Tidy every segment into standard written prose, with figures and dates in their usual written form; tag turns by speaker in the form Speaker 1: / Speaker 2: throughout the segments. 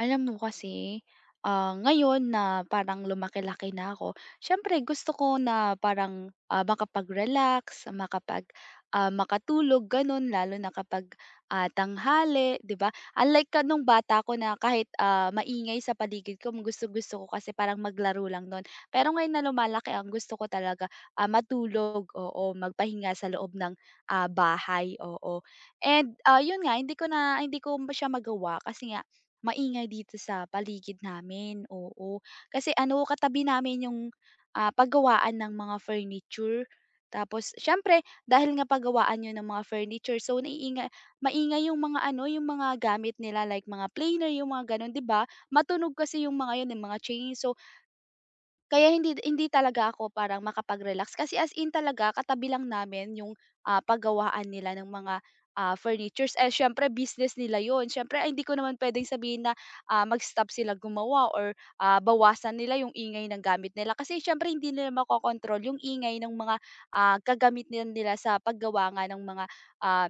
Speaker 1: Alam mo kasi, ngayon na parang lumaki-laki na ako, siyempre gusto ko na parang, makapag-relax, makapag, makatulog gano'n, lalo na kapag, tanghali, 'di ba? Unlike ka nung bata ko na kahit, maingay sa paligid ko, gustong-gusto ko kasi parang maglaro lang nun. Pero ngayon na lumalaki, ang gusto ko talaga, matulog, o magpahinga sa loob ng, bahay, oo. And, yun nga, hindi ko siya magawa kasi nga maingay dito sa paligid namin, oo. Kasi ano, katabi namin yung, paggawaan ng mga furniture. Tapos siyempre, dahil nga paggawaan yun ng mga furniture, so maingay yung mga ano, yung mga gamit nila like mga planer, yung mga gano'n, 'di ba? Matunog kasi yung mga yun, yung mga chainsaw, kaya hindi hindi talaga ako parang makapag-relax kasi as in talaga katabi lang namin yung, paggawaan nila ng mga, furnitures. Eh, siyempre business nila yon. Siyempre ay hindi ko naman puwedeng sabihin na, mag-stop sila gumawa or, bawasan nila yung ingay ng gamit nila, kasi siyempre hindi nila makokontrol yung ingay ng mga, kagamit na nila sa paggawa nga ng mga, ah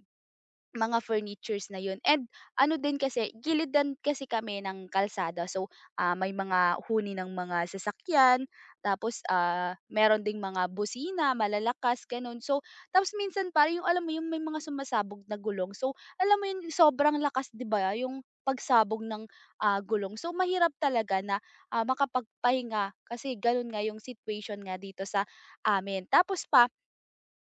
Speaker 1: mga furnitures na yun. And ano din, kasi gilidan kasi kami ng kalsada, so, may mga huni ng mga sasakyan, tapos, meron ding mga busina, malalakas, gano'n. So tapos, minsan pare, yung alam mo yung may mga sumasabog na gulong, so alam mo yun, sobrang lakas, 'di ba, yung pagsabog ng, gulong. So mahirap talaga na, makapagpahinga kasi gano'n nga yung situation nga dito sa amin. Tapos pa,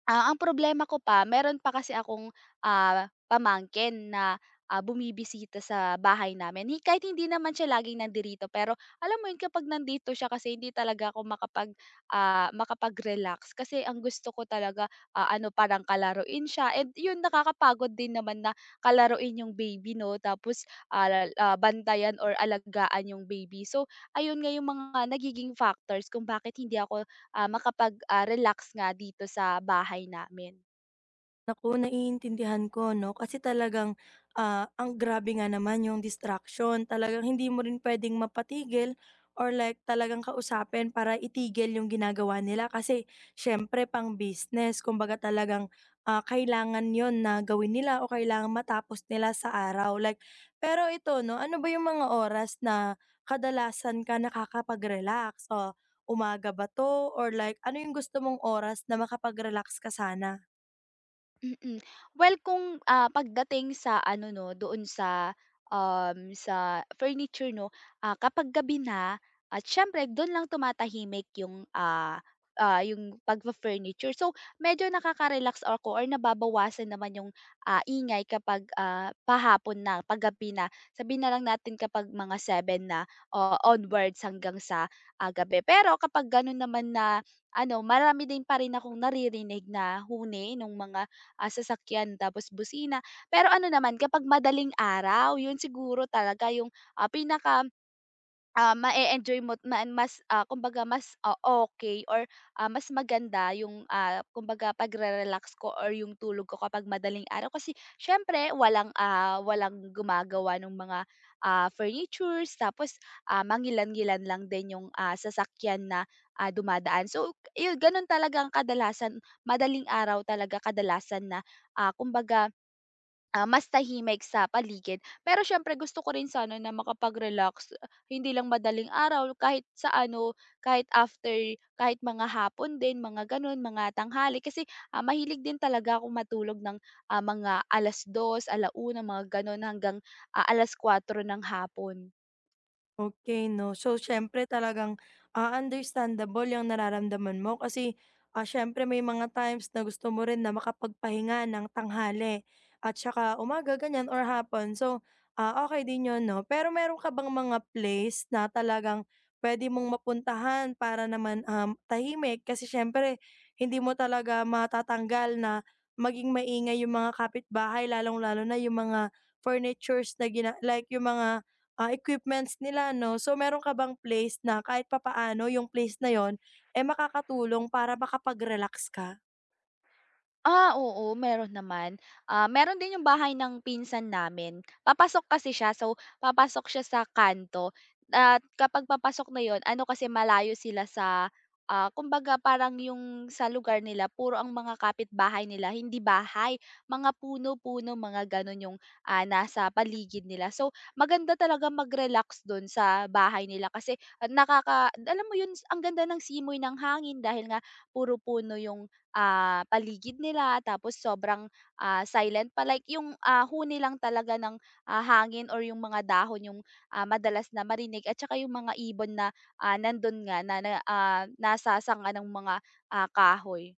Speaker 1: Ang problema ko pa, meron pa kasi akong, pamangkin na, bumibisita sa bahay namin. Hi, kahit hindi naman siya laging nandirito, pero alam mo yun, kapag nandito siya, kasi hindi talaga ako makapag, makapag-relax kasi ang gusto ko talaga, ano, parang kalaruin siya, and yun, nakakapagod din naman na kalaruin yung baby 'no, tapos, bantayan or alagaan yung baby. So ayun nga yung mga nagiging factors kung bakit hindi ako makapag, relax nga dito sa bahay namin.
Speaker 2: Naku, naiintindihan ko 'no, kasi talagang, ang grabe nga naman yung distraction. Talagang hindi mo rin puwedeng mapatigil or like talagang kausapin para itigil yung ginagawa nila kasi siyempre pang-business. Kumbaga talagang, kailangan yon na gawin nila o kailangan matapos nila sa araw. Like pero ito 'no, ano ba yung mga oras na kadalasan ka nakakapag-relax? O umaga ba 'to or like ano yung gusto mong oras na makapag-relax ka sana?
Speaker 1: Mm. Well, kung, pagdating sa ano 'no, doon sa, sa furniture 'no, kapag gabi na at siyempre do'n lang tumatahimik yung, yung pagpa furniture. So, medyo nakaka-relax ako or nababawasan naman yung, ingay kapag, pahapon na, paggabi na. Sabihin na lang natin kapag mga seven na o onwards hanggang sa, gabi. Pero kapag gano'n naman, na ano, marami din pa rin akong naririnig na huni nung mga sasakyan, tapos busina. Pero ano naman kapag madaling araw, yun siguro talaga yung, pinaka ma enjoy mo't ma mas, kumbaga mas, okey or, mas maganda yung, kumbaga pagre-relax ko or yung tulog ko kapag madaling araw, kasi siyempre walang, walang gumagawa ng mga, furnitures, tapos, mangilan-ngilan lang din yung, sasakyan na, dumadaan. So, yu gano'n talaga ang kadalasan, madaling araw talaga kadalasan na, kumbaga mas tahimik sa paligid. Pero syempre gusto ko rin sana na makapag-relax, hindi lang madaling araw, kahit sa ano, kahit after, kahit mga hapon din, mga gano'n, mga tanghali. Kasi, mahilig din talaga ako matulog ng, mga 2:00, 1:00, mga gano'n hanggang, 4:00 ng hapon.
Speaker 2: Okay 'no. So, siyempre talagang, understandable yung nararamdaman mo kasi, siyempre may mga times na gusto mo rin na makapagpahinga ng tanghali at saka umaga ganyan or hapon. So, okay din yun 'no. Pero meron ka bang mga place na talagang pwede mong mapuntahan para naman, tahimik? Kasi siyempre hindi mo talaga matatanggal na maging maingay yung mga kapitbahay lalong-lalo na yung mga furnitures na gina like yung mga equipments nila 'no. So meron ka bang place na kahit papaano yung place na yon, eh, makakatulong para makapag-relax ka?
Speaker 1: Oo, meron naman. Meron din yung bahay ng pinsan namin. Papasok kasi siya, so papasok siya sa kanto, at kapag papasok na yon, ano, kasi malayo sila sa, kumbaga parang yung sa lugar nila, puro ang mga kapitbahay nila, hindi bahay, mga puno-puno, mga gano'n yung, nasa paligid nila. So, maganda talaga mag-relax dun sa bahay nila kasi nakaka, alam mo yun, ang ganda ng simoy ng hangin dahil nga puro puno yung paligid nila, tapos sobrang, silent pa, like yung, huni lang talaga ng, hangin or yung mga dahon yung, madalas na marinig, at saka yung mga ibon na, nandun nga na na, ah, nasasanga ng mga, kahoy.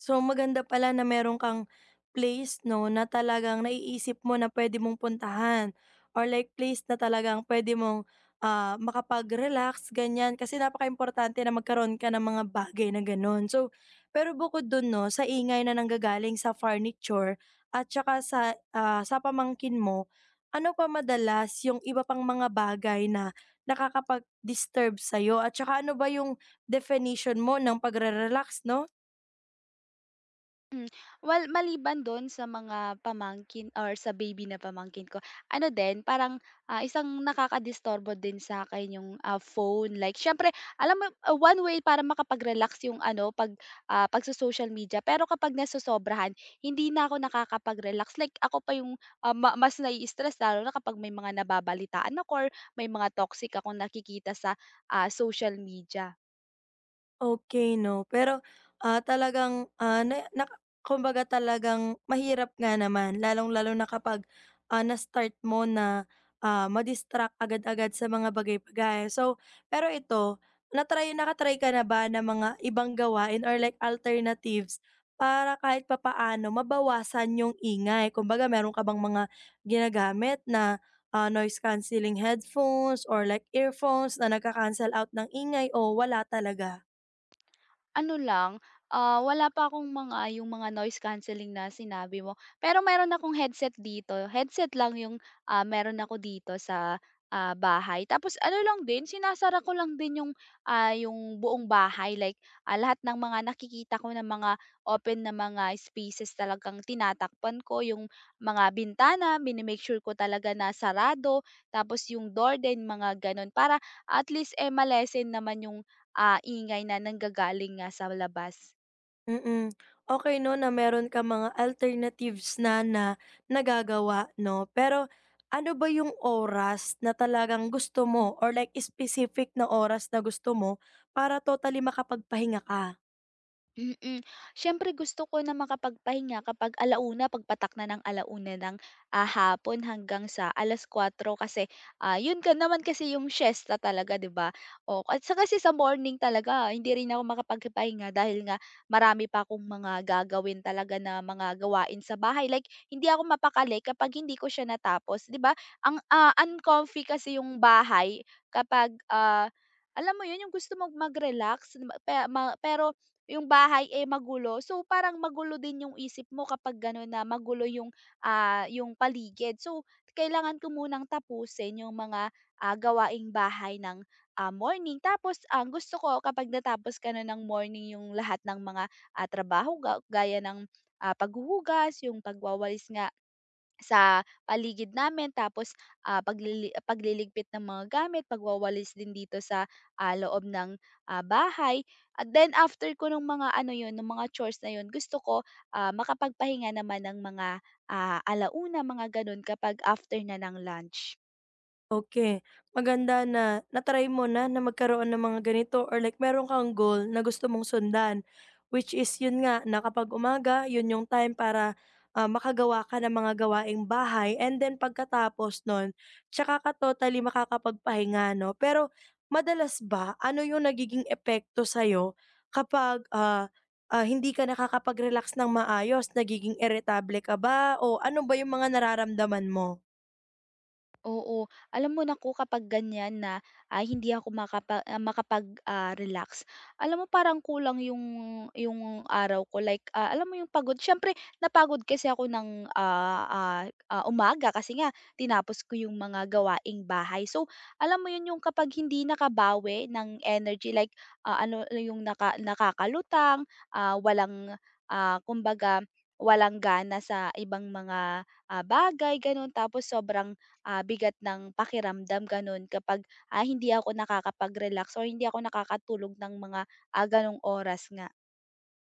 Speaker 2: So, maganda pala na meron kang place 'no, na talagang naiisip mo na pwede mong puntahan or like place na talagang pwede mong, makapag-relax ganyan. Kasi napaka importante na magkaroon ka ng mga bagay na gano'n. So, pero bukod dun 'no, sa ingay na nanggagaling sa furniture at tsaka sa, sa pamangkin mo, ano pa madalas yung iba pang mga bagay na nakakapag-disturb sa'yo at tsaka ano ba yung definition mo ng pagre-relax 'no?
Speaker 1: Hmm, well, maliban dun sa mga pamangkin or sa baby na pamangkin ko, ano din parang, isang nakakadisturbo din sa'kin yung, phone, like siyempre alam mo, one way para makapag-relax yung ano 'pag, pagso-social media, pero kapag nasosobrahan, hindi na ako nakakapag-relax, like ako pa yung, ah, ma mas nai-stress, lalo na kapag may mga nababalitaan ako or may mga toxic akong nakikita sa, social media.
Speaker 2: Okay, 'no, pero, talagang, na naka kumbaga talagang mahirap nga naman lalong-lalo na kapag, na-start mo na, ma agad-agad sa mga bagay-bagay. So, pero ito, na-try nakatry ka na ba ng mga ibang gawain or like alternatives para kahit papaano mabawasan yung ingay? Kumbaga meron ka bang mga ginagamit na, noise cancelling headphones or like earphones na nagka-cancel out ng ingay o wala talaga?
Speaker 1: Ano lang, wala pa akong mga yung mga noise cancelling na sinabi mo. Pero meron akong headset dito, headset lang yung, meron ako dito sa, bahay. Tapos ano lang din, sinasara ko lang din yung, yung buong bahay, like, lahat ng mga nakikita ko na mga open na mga spaces, talagang tinatakpan ko, yung mga bintana, mini sure ko talaga na sarado, tapos yung door din, mga gano'n, para at least, eh, ma naman yung ingay na nanggagaling nga sa labas.
Speaker 2: Mm. Okay 'no na meron ka mga alternatives na na nagagawa 'no. Pero ano ba yung oras na talagang gusto mo or like specific na oras na gusto mo para totally makapagpahinga ka?
Speaker 1: Mm. Siyempre gusto ko na makapagpahinga kapag alauna, pagpatak na ng alauna ng, hapon hanggang sa 4:00, kasi, yun ka naman kasi yung siyesta talaga, 'di ba? O at sa kasi, sa morning talaga hindi rin ako makapagpahinga dahil nga marami pa akong mga gagawin talaga na mga gawain sa bahay. Like hindi ako mapakali kapag hindi ko siya natapos, 'di ba? Ang, uncomfy kasi yung bahay kapag, alam mo yun, yung gusto mong mag-relax ma pe ma pero yung bahay, eh, magulo. So, parang magulo din yung isip mo kapag gano'n na magulo yung, yung paligid. So, kailangan ko munang tapusin yung mga, gawaing bahay ng, morning. Tapos ang gusto ko kapag natapos ko na ng morning yung lahat ng mga, trabaho gaya ng, paghuhugas, yung pagwawalis nga sa paligid namin, tapos, pagliligpit ng mga gamit, pagwawalis din dito sa, loob ng, bahay. At then after ko nung mga ano yun, ng mga chores na yun, gusto ko, makapagpahinga naman ng mga, 1:00, mga gano'n kapag after na ng lunch.
Speaker 2: Okay, maganda na na mo na, na magkaroon ng mga ganito or like meron kang goal na gusto mong sundan. Which is yun nga na kapag umaga yun yung time para, makagawa ka ng mga gawaing bahay and then pagkatapos nun tsaka ka totally makakapagpahinga 'no. Pero madalas ba ano yung nagiging epekto sa'yo kapag, hindi ka nakakapag-relax ng maayos? Nagiging irritable ka ba o ano ba yung mga nararamdaman mo?
Speaker 1: Oo. Alam mo, naku, kapag ganyan na, ay hindi ako makapa, makapag, relax, alam mo parang kulang yung araw ko, like, alam mo yung pagod, siyempre napagod kasi ako ng, umaga, kasi nga tinapos ko yung mga gawaing bahay. So, alam mo yun yung kapag hindi nakabawi ng energy, like, ano yung nakakalutang, walang, kumbaga walang gana sa ibang mga, bagay, gano'n, tapos sobrang bigat ng pakiramdam, gano'n, kapag, hindi ako nakakapag-relax or hindi ako nakakatulog ng mga, gano'ng oras nga.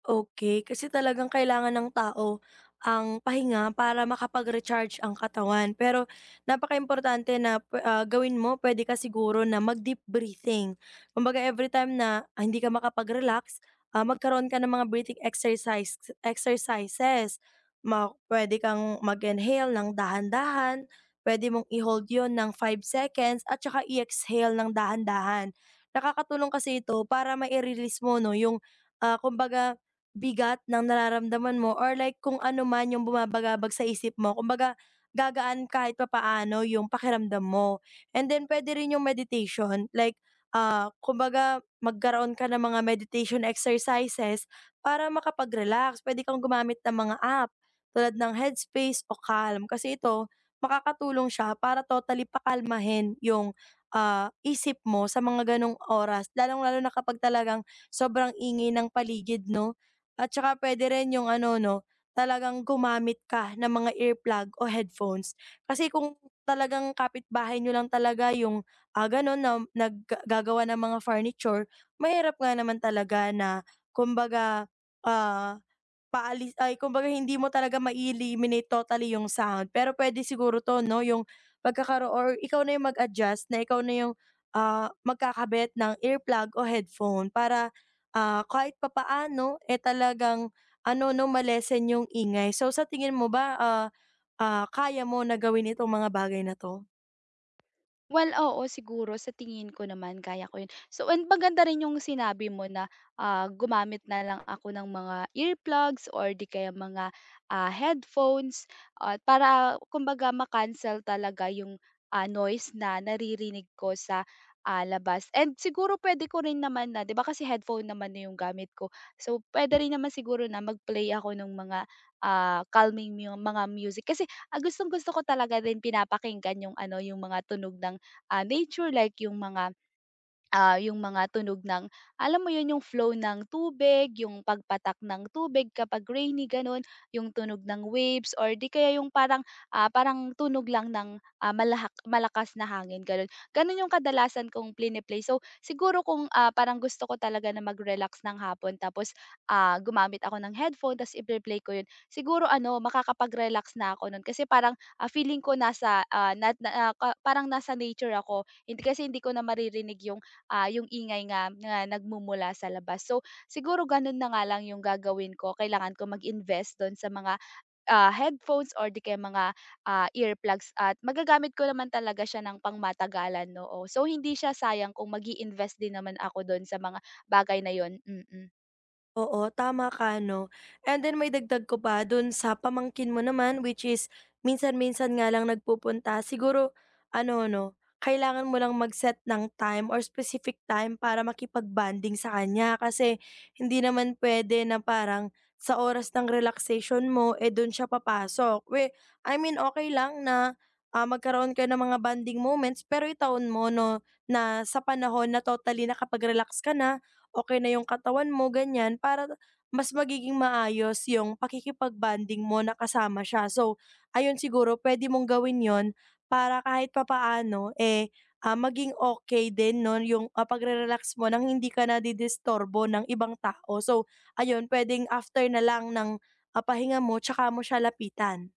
Speaker 2: Okay kasi talagang kailangan ng tao ang pahinga para makapag-recharge ang katawan. Pero napakaimportante na pwe ah, gawin mo pwede ka siguro na mag-deep breathing. Kumbaga every time na, hindi ka makapag-relax, magkaroon ka ng mga breathing exercise exercises. Ma pwede kang mag-inhale ng dahan-dahan, pwede mong i-hold 'yun ng 5 seconds at saka i-exhale ng dahan-dahan. Nakakatulong kasi ito para mai-release mo 'no, yung, kumbaga bigat ng nararamdaman mo or like kung ano man yung bumabagabag sa isip mo kumbaga gagaan kahit papaano yung pakiramdam mo. And then puwede rin yung meditation like, kumbaga magkaroon ka ng mga meditation exercises para makapag-relax. Puwede kang gumamit ng mga app tulad ng Headspace o Calm kasi ito makakatulong siya para totally pakalmahin yung, isip mo sa mga gano'ng oras lalong-lalo na kapag talagang sobrang ingay ng paligid 'no? At saka puwede rin yung ano 'no, talagang gumamit ka ng mga earplug o headphones. Kasi kung talagang kapitbahay niyo lang talaga yung, gano'n na nagga gagawa ng mga furniture, mahirap nga naman talaga na kumbaga, ah paalis ay kumbaga hindi mo talaga ma-eliminate totally yung sound, pero pwede siguro 'to 'no, yung pagkakaroon or ikaw na yung mag-adjust na ikaw na yung, magkakabit ng earplug o headphone para, kahit papaano, eh, talagang ano 'no, ma yung ingay. So, sa tingin mo ba, kaya mo na gawin itong mga bagay na 'to?
Speaker 1: Well, oo, siguro sa tingin ko naman kaya ko 'yun. So, and maganda rin yung sinabi mo na, gumamit na lang ako ng mga earplugs or di kaya mga, headphones, at para kumbaga ma-cancel talaga yung, noise na naririnig ko sa, labas. And siguro puwede ko rin naman, na 'di ba kasi headphone naman na yung gamit ko. So, puwede rin naman siguro na mag-play ako ng mga, ah, calming mu mga music kasi, gustong-gusto ko talaga din pinapakinggan yung ano, yung mga tunog ng nature, like yung mga yung mga tunog ng, alam mo yun, yung flow ng tubig, yung pagpatak ng tubig kapag rainy, gano'n. Yung tunog ng waves or 'di kaya yung parang, parang tunog lang ng, ah, malahak malakas na hangin, gano'n. Gano'n yung kadalasan kong plini-play. So, siguro kung, parang gusto ko talaga na mag-relax ng hapon tapos, gumamit ako ng headphone, tapos iple-play ko yun, siguro ano, makakapag-relax na ako nun kasi parang, feeling ko nasa, ah, na na ah, ka parang nasa nature ako. Hindi kasi hindi ko na maririnig yung yung ingay nga na nagmumula sa labas. So, siguro ganun na nga lang yung gagawin ko. Kailangan ko mag-invest do'n sa mga, headphones or di kaya mga, earplugs, at magagamit ko naman talaga siya ng pangmatagalan, no? Oo. So, hindi siya sayang kung mag invest din naman ako do'n sa mga bagay na 'yon. Mm. Mm.
Speaker 2: Oo, tama ka 'no. And then maidagdag ko pa dun sa pamangkin mo naman which is minsan-minsan nga lang nagpupunta. Siguro ano 'no, kailangan mo lang mag-set ng time or specific time para makipag-bonding sa kanya kasi hindi naman pwede na parang sa oras ng relaxation mo, eh, dun siya papasok. We I mean, okay lang na, magkaroon kayo ng mga banding moments pero itaon mo 'no, na sa panahon na totally nakapag-relax ka na okay na yung katawan mo, ganyan. Para mas magiging maayos yung pakikipag-bonding mo na kasama siya. So, ayun siguro pwede mong gawin yon para kahit papaano, eh, maging okay din 'no yung, pagre-relax mo nang hindi ka nadidisturbo ng ibang tao. So, ayun puwedeng after na lang ng, pahinga mo tsaka mo siya lapitan.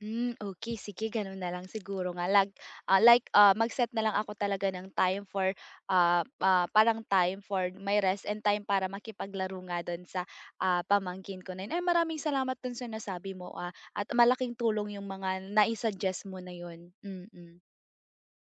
Speaker 1: Hmm, okay, sige gano'n na lang siguro nga lag, like, mag-set na lang ako talaga ng time for, parang time for my rest and time para makipaglaro nga do'n sa, pamangkin ko na 'yun. Ay, maraming salamat do'n sa nasabi mo, at malaking tulong 'yung mga nai-suggest mo na 'yun. Mm.